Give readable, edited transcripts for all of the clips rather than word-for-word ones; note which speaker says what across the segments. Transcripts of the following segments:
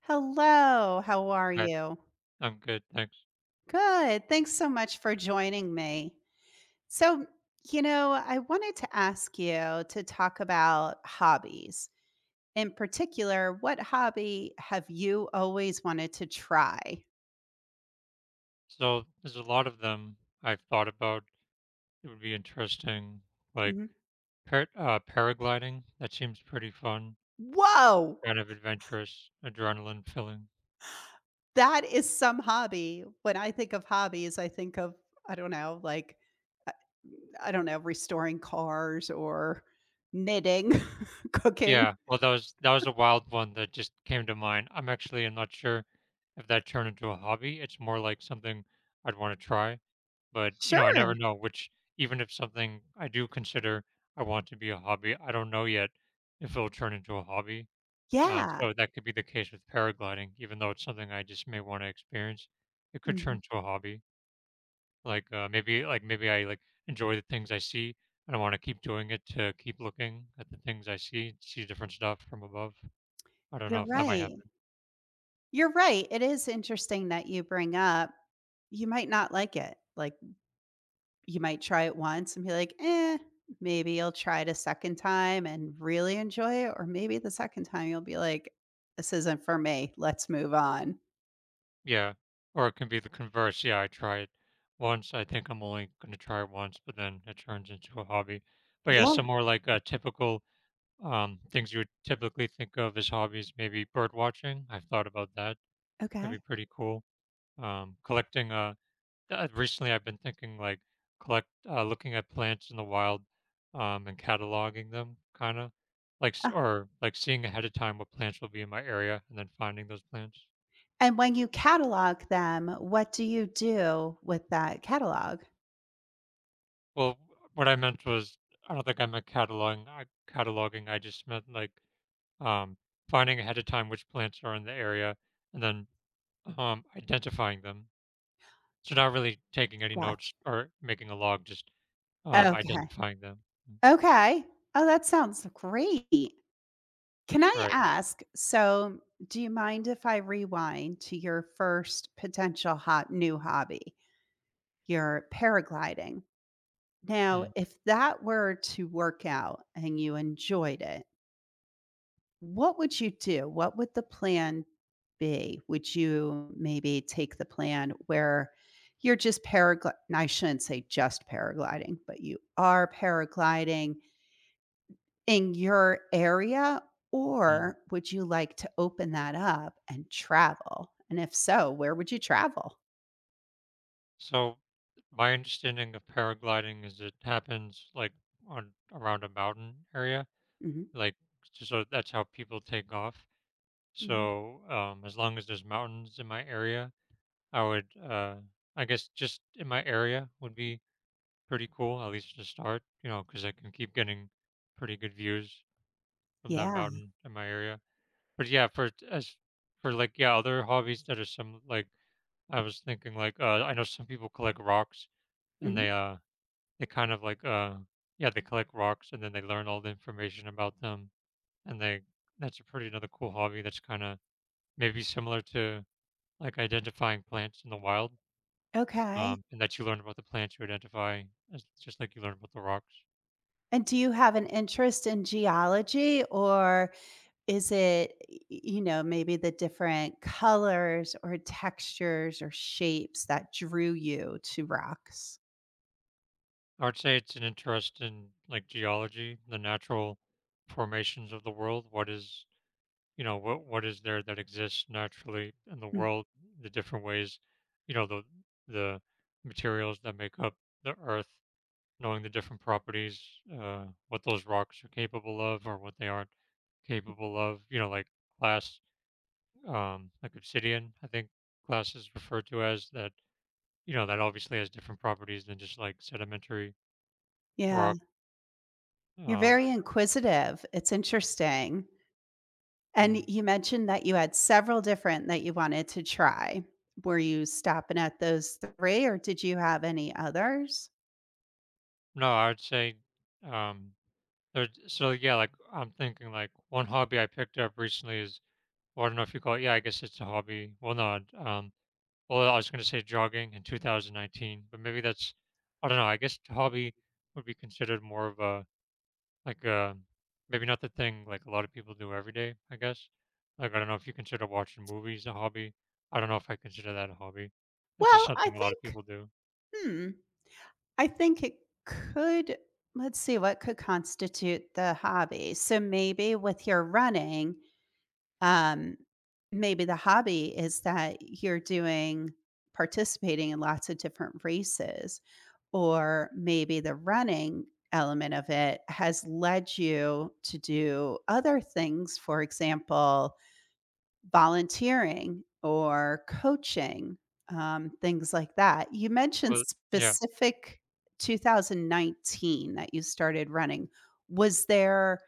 Speaker 1: Hello, how are
Speaker 2: Hi,
Speaker 1: you?
Speaker 2: I'm good, thanks.
Speaker 1: Good. Thanks so much for joining me. So I wanted to ask you to talk about hobbies. In particular, what hobby have you always wanted to try?
Speaker 2: So there's a lot of them I've thought about. It would be interesting, like
Speaker 1: Mhm.
Speaker 2: paragliding. That seems pretty fun,
Speaker 1: Whoa!
Speaker 2: kind of adventurous, adrenaline filling.
Speaker 1: That is some hobby. When I think of hobbies, I think of, I don't know, like, I I don't know, restoring cars or knitting, cooking.
Speaker 2: Yeah, well, that was a wild one that just came to mind. I'm not sure if that turned into a hobby. It's more like something I'd want to try, but I
Speaker 1: Sure.
Speaker 2: never know. Which, even if something I do consider I want to be a hobby, I don't know yet if it'll turn into a hobby. Um,
Speaker 1: Yeah.
Speaker 2: so that could be the case with paragliding, even though it's something I just may want to experience. It could turn
Speaker 1: Mhm.
Speaker 2: to a hobby. Like, maybe, like maybe I like enjoy the things I see, and I want to keep doing it to keep looking at the things I see, see different stuff from above. I don't know
Speaker 1: You're
Speaker 2: if that might
Speaker 1: right.
Speaker 2: happen.
Speaker 1: You're right. It is interesting that you bring up you might not like it. Like, you might try it once and be like, "Eh," maybe you'll try it a second time and really enjoy it, or maybe the second time you'll be like, "This isn't for me. Let's move on."
Speaker 2: Yeah, or it can be the converse. Yeah, I try it once. I think I'm only going to try it once, but then it turns into a hobby. But yeah,
Speaker 1: Yeah,
Speaker 2: some more, like, typical, things you would typically think of as hobbies. Maybe bird watching. I've thought about that. That'd
Speaker 1: okay.
Speaker 2: be pretty cool. Collecting Recently I've been thinking, like, collect looking at plants in the wild, and cataloging them, kind of like
Speaker 1: Uh,
Speaker 2: or like seeing ahead of time what plants will be in my area and then finding those plants.
Speaker 1: and when you catalog them, what do you do with that catalog?
Speaker 2: Well, what I meant was, I don't think I meant cataloging. I just meant like, um, finding ahead of time which plants are in the area, and then identifying them. So not really taking any notes
Speaker 1: Gotcha.
Speaker 2: or making a log, just
Speaker 1: Okay.
Speaker 2: identifying them. Mm.
Speaker 1: Okay. Oh, that sounds great. Can I
Speaker 2: Right.
Speaker 1: ask, so do you mind if I rewind to your first potential hot new hobby, your paragliding? Now,
Speaker 2: Mm,
Speaker 1: if that were to work out and you enjoyed it, what would you do? What would the plan be? Would you maybe take the plan where you're just paragliding? I shouldn't say just paragliding, but you are paragliding in your area,
Speaker 2: mm.
Speaker 1: or would you like to open that up and travel? And if so, where would you travel?
Speaker 2: So, my understanding of paragliding is, it happens like on, around a mountain area,
Speaker 1: Mhm,
Speaker 2: like so that's how people take off.
Speaker 1: mhm.
Speaker 2: So, as long as there's mountains in my area, I would, I guess, just in my area would be pretty cool, at least to start, you know, because I can keep getting pretty good views from that
Speaker 1: Yeah,
Speaker 2: mountain in my area. But yeah, as for, like, yeah, other hobbies that are some, like, I was thinking, like, I know some people collect rocks, and
Speaker 1: mhm,
Speaker 2: they kind of like, yeah, they collect rocks and then they learn all the information about them, and they that's a pretty another cool hobby, that's kinda maybe similar to, like, identifying plants in the wild,
Speaker 1: okay.
Speaker 2: and that you learn about the plants you identify as, just like you learn about the rocks.
Speaker 1: And do you have an interest in geology, or is it, y you know, maybe the different colors or textures or shapes that drew you to rocks?
Speaker 2: I would say it's an interest in, like, geology, the natural formations of the world. What is, you know, what is there that exists naturally in the
Speaker 1: Mm,
Speaker 2: world? The different ways, you know, the the materials that make up the earth, knowing the different properties, what those rocks are capable of or what they aren't capable of. You know, like glass, like obsidian, I think glass is referred to as that. You know, that obviously has different properties than just, like, sedimentary
Speaker 1: yeah,
Speaker 2: rock. Um,
Speaker 1: you're very
Speaker 2: and,
Speaker 1: inquisitive, it's interesting.
Speaker 2: mm,
Speaker 1: And you mentioned that you had several different that you wanted to try. Were you stopping at those 3, or did you have any others?
Speaker 2: no, I'd say, um, there. So yeah, like, I'm thinking, like, one hobby I picked up recently is, well, I don't know if you call it. Yeah, I guess it's a hobby. Well, no, well, I was going to say jogging in 2019, but maybe that's, I don't know. I guess hobby would be considered more of a, like, a, maybe not the thing like a lot of people do every day, I guess. Like, I don't know if you consider watching movies a hobby. I don't know if I consider that a hobby. That's just
Speaker 1: Well, I
Speaker 2: something a lot of
Speaker 1: think
Speaker 2: people do.
Speaker 1: hmm, I think it could let's see what could constitute the hobby. So maybe with your running, Um, maybe the hobby is that you're doing participating in lots of different races, or maybe the running element of it has led you to do other things, for example, volunteering or coaching, things like that. You mentioned
Speaker 2: Well, yeah,
Speaker 1: specific 2019 that you started running. Was there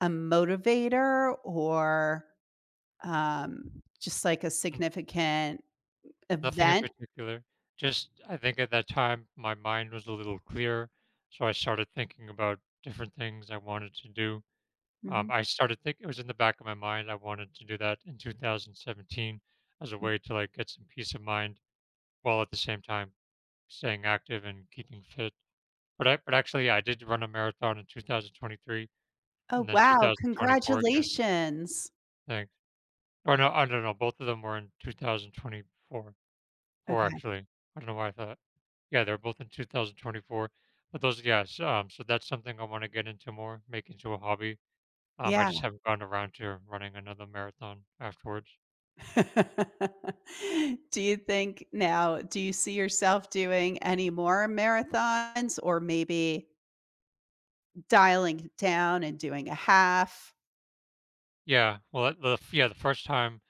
Speaker 1: a motivator or um, just like a
Speaker 2: n-
Speaker 1: significant
Speaker 2: nothing in
Speaker 1: event?
Speaker 2: particular. Just, I think at that time, my mind was a little clearer. So I started thinking about different things I wanted to do.
Speaker 1: Mhm,
Speaker 2: I started, think it was in the back of my mind, I wanted to do that in 2017 as a
Speaker 1: mm.
Speaker 2: way to, like, get some peace of mind while at the same time staying active and keeping fit. But actually, yeah, I did run a marathon in 2023 and
Speaker 1: Oh,
Speaker 2: then
Speaker 1: wow,
Speaker 2: 2024 again,
Speaker 1: congratulations.
Speaker 2: thanks. Or no, I don't know, both of them were in 2024 4
Speaker 1: Okay,
Speaker 2: actually. I don't know why I thought, yeah, they're both in 2024, but those, yes, so that's something I wanna get into more, make into a hobby. I just
Speaker 1: yeah.
Speaker 2: haven't gotten around to running another marathon afterwards.
Speaker 1: Do you think now do you see yourself doing any more marathons or maybe dialing it down and doing a half?
Speaker 2: Yeah, well, at the f yeah, the first time,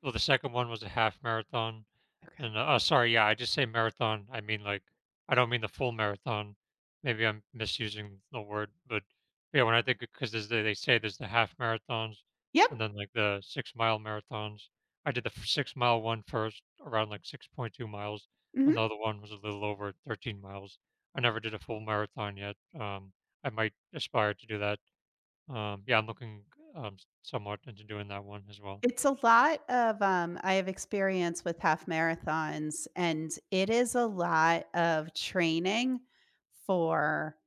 Speaker 2: well, the second one was a half marathon,
Speaker 1: Okay.
Speaker 2: and, sorry, yeah, I just say marathon, I mean, like, I don't mean the full marathon. Maybe I'm misusing the word, but yeah, when I think, because there's the, they say, there's the half marathons
Speaker 1: Yep,
Speaker 2: and then, like, the six-mile marathons. I did the f six-mile one first, around, like, 6.2 miles, and the
Speaker 1: mhm.
Speaker 2: other one was a little over 13 miles. I never did a full marathon yet, I might aspire to do that. Yeah, I'm looking, um somewhat into doing that one as well.
Speaker 1: It's a lot of, I have experience with half marathons, and it is a lot of training for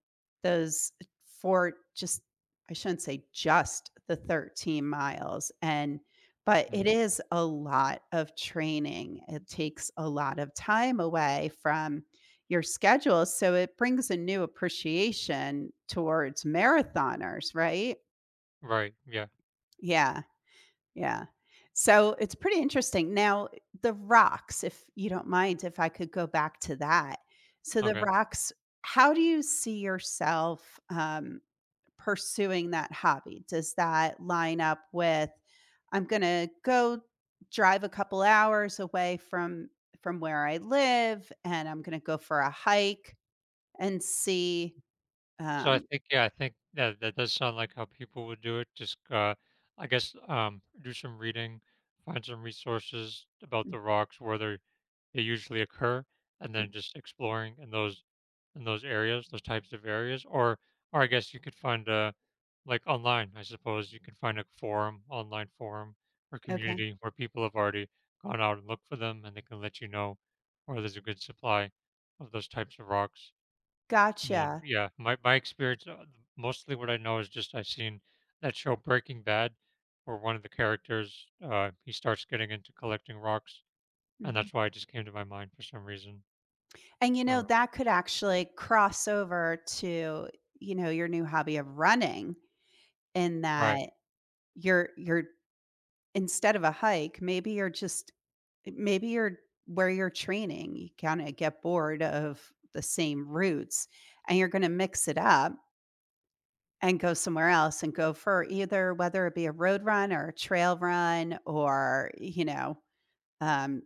Speaker 1: those for just I shouldn't say just the 13 miles, and but
Speaker 2: Mm.
Speaker 1: it is a lot of training. It takes a lot of time away from your schedule, so it brings a new appreciation towards marathoners, right?
Speaker 2: Right. Yeah.
Speaker 1: Yeah. Yeah. So it's pretty interesting. Now, the rocks, if you don't mind, if I could go back to that. So, the
Speaker 2: Okay.
Speaker 1: rocks, how do you see yourself pursuing that hobby? Does that line up with, I'm going to go drive a couple hours away from where I live and I'm going to go for a hike and see
Speaker 2: So I
Speaker 1: um
Speaker 2: think, yeah, I think that that does sound like how people would do it. Just, I guess, do some reading, find some resources about the rocks, where they usually occur, and then just exploring in those, areas, those types of areas, or I guess you could find a, like, online. I suppose you can find a forum, online forum, or
Speaker 1: okay
Speaker 2: community where people have already gone out and looked for them, and they can let you know where there's a good supply of those types of rocks.
Speaker 1: gotcha.
Speaker 2: Yeah, my experience, mostly what I know is just I've seen that show Breaking Bad, where one of the characters, he starts getting into collecting rocks, and
Speaker 1: Mm-hmm.
Speaker 2: that's why it just came to my mind for some reason.
Speaker 1: And, you know,
Speaker 2: Uh,
Speaker 1: that could actually cross over to, you know, your new hobby of running in
Speaker 2: right.
Speaker 1: that you're instead of a hike, maybe you're just maybe you're where you're training, you kinda get bored of the same routes, and you're gonna mix it up and go somewhere else and go for either whether it be a road run or a trail run or, you know, um,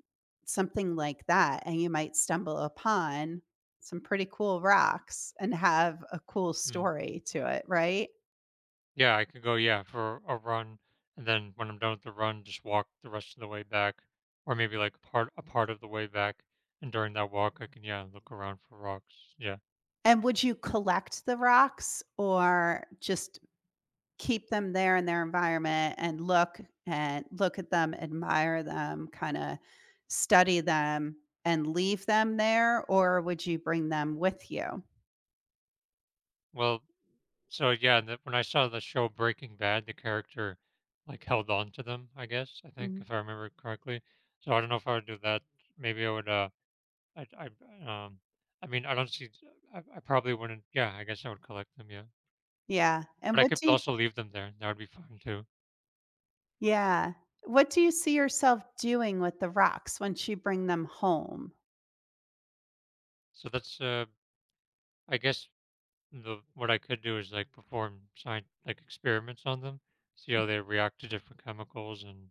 Speaker 1: something like that, and you might stumble upon some pretty cool rocks and have a cool
Speaker 2: Mm.
Speaker 1: story to it, right?
Speaker 2: Yeah, I could go, yeah, for a run, and then when I'm done with the run, just walk the rest of the way back, or maybe, like, part, a part of the way back, and during that walk, I can, yeah, look around for rocks. Yeah.
Speaker 1: And would you collect the rocks or just keep them there in their environment and look at them, admire them, kind of study them and leave them there, or would you bring them with you?
Speaker 2: Well, so yeah, when I saw the show Breaking Bad, the character like held on to them, I guess, I think,
Speaker 1: Mhm.
Speaker 2: if I remember correctly. So I don't know if I would do that. Maybe I would, I, I, um, I mean, I don't see, I probably wouldn't, yeah, I guess I would collect them, yeah.
Speaker 1: Yeah,
Speaker 2: But
Speaker 1: and
Speaker 2: I
Speaker 1: what
Speaker 2: could
Speaker 1: do you
Speaker 2: also leave them there. That would be fun too.
Speaker 1: Yeah. What do you see yourself doing with the rocks once you bring them home?
Speaker 2: So that's, I guess, what I could do is, like, perform science, like experiments on them, see how they react to different chemicals, and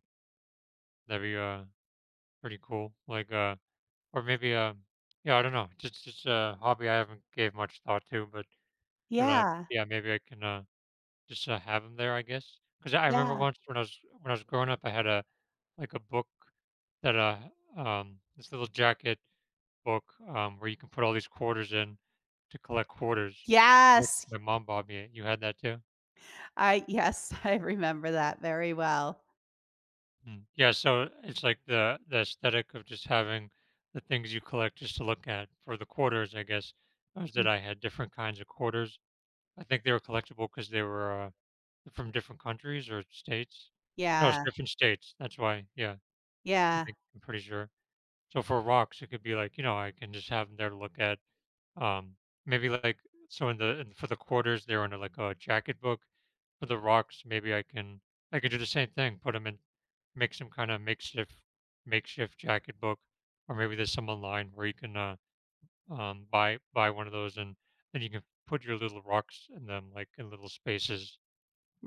Speaker 2: that'd be, pretty cool. Like, or maybe, yeah, I don't know, just a hobby I haven't gave much thought to, but
Speaker 1: Yeah.
Speaker 2: yeah, maybe I can, just, have them there, I guess, because I remember
Speaker 1: Yeah.
Speaker 2: once when I was, growing up, I had a, like, a book that, this little jacket book, where you can put all these quarters in to collect quarters. Like,
Speaker 1: Yes.
Speaker 2: my mom bought me it. You had that too?
Speaker 1: I yes, I remember that very well.
Speaker 2: Hmm. Yeah, so it's like the aesthetic of just having the things you collect just to look at, for the quarters, I guess, was that
Speaker 1: Mm.
Speaker 2: I had different kinds of quarters. I think they were collectible because they were, from different countries or states. No, it's
Speaker 1: Yeah.
Speaker 2: different states, that's why, yeah, I
Speaker 1: Yeah.
Speaker 2: think, I'm pretty sure. So for rocks, it could be like, you know, I can just have them there to look at, um, maybe like, so in the, in for the quarters, they're in, like, a jacket book. For the rocks, maybe I could do the same thing. Put them in, make some kinda makeshift, jacket book, or maybe there's some online where you can, buy one of those, and then you can put your little rocks in them, like, in little spaces.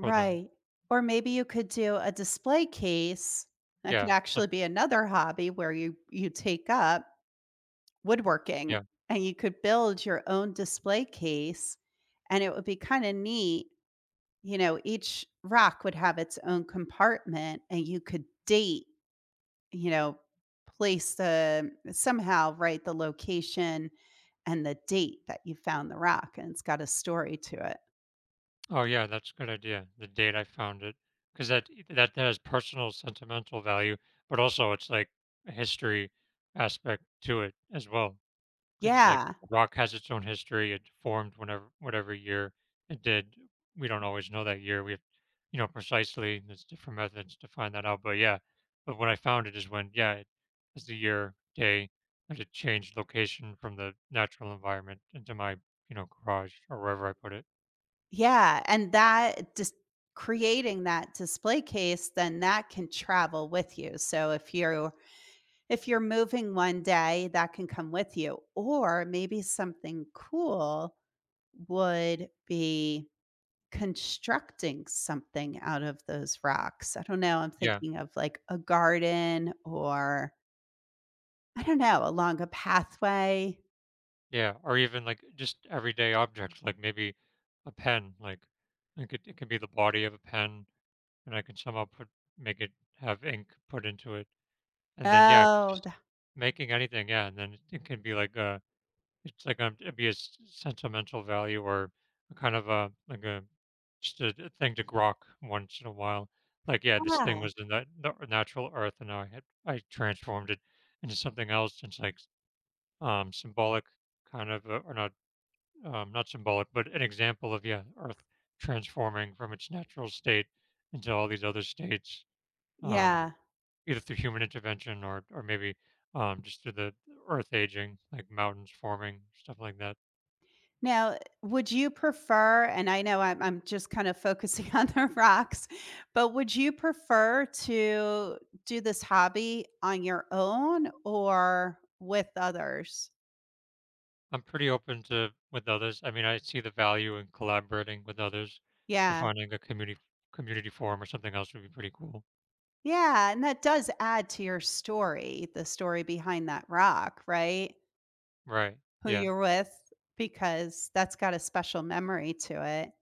Speaker 2: For them.
Speaker 1: Or maybe you could do a display case. That could
Speaker 2: Yeah, some.
Speaker 1: actually be another hobby where you take up
Speaker 2: Yeah.
Speaker 1: woodworking and you could build your own display case and it would be kind of neat you know, each rock would have its own compartment and you could date, you know, place the somehow write the location and the date that you found the rock and it's got a story to it.
Speaker 2: Oh, yeah, that's a good idea, the date I found it, 'cause that, that has personal sentimental value, but also it's like a history aspect to it as well. Because it's like,
Speaker 1: Yeah.
Speaker 2: rock has its own history. It formed whenever, whatever year it did. We don't always know that year. We have, you know, precisely. There's different methods to find that out. But yeah, but what I found it is when, yeah, it's the year day that it changed location from the natural environment into my, you know, garage or wherever I put it.
Speaker 1: Yeah, and that just creating that display case, then that can travel with you. So if you're moving one day, that can come with you. Or maybe something cool would be constructing something out of those rocks. I don't know, I'm
Speaker 2: Yeah,
Speaker 1: thinking of, like, a garden or I don't know, along a pathway.
Speaker 2: yeah, or even like just everyday objects, like maybe a pen, like it could be the body of a pen, and I can somehow put, make it have ink put into it. And then, yeah, it's
Speaker 1: Oh,
Speaker 2: just
Speaker 1: the
Speaker 2: making anything, yeah, and then it can be like a, it's like, it'd be a sentimental value or a kind of a like a, just a thing to grok once in a while. Like, yeah, this thing
Speaker 1: yeah,
Speaker 2: was in that natural earth, and now I transformed it into something else. It's like, symbolic, kind of, or not, not symbolic, but an example of, yeah, Earth transforming from its natural state into all these other states. Um,
Speaker 1: yeah.
Speaker 2: either through human intervention or maybe, just through the earth aging, like mountains forming, stuff like that.
Speaker 1: Now, would you prefer and I know I'm just kind of focusing on the rocks, but would you prefer to do this hobby on your own or with others?
Speaker 2: I'm pretty open to with others. I mean, I see the value in collaborating with others, so
Speaker 1: Yeah.
Speaker 2: finding a community, forum or something else would be pretty cool.
Speaker 1: Yeah, and that does add to your story, the story behind that rock, right?
Speaker 2: Right?
Speaker 1: Who
Speaker 2: Yeah,
Speaker 1: you're with, because that's got a special memory to it.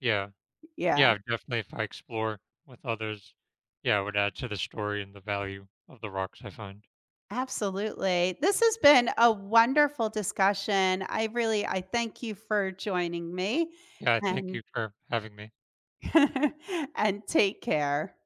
Speaker 2: yeah,
Speaker 1: Yeah,
Speaker 2: yeah. Definitely, if I explore with others, yeah, it would add to the story and the value of the rocks I find.
Speaker 1: absolutely. This has been a wonderful discussion. I really I thank you for joining me
Speaker 2: Yeah, I thank you
Speaker 1: and
Speaker 2: for having me.
Speaker 1: and take care.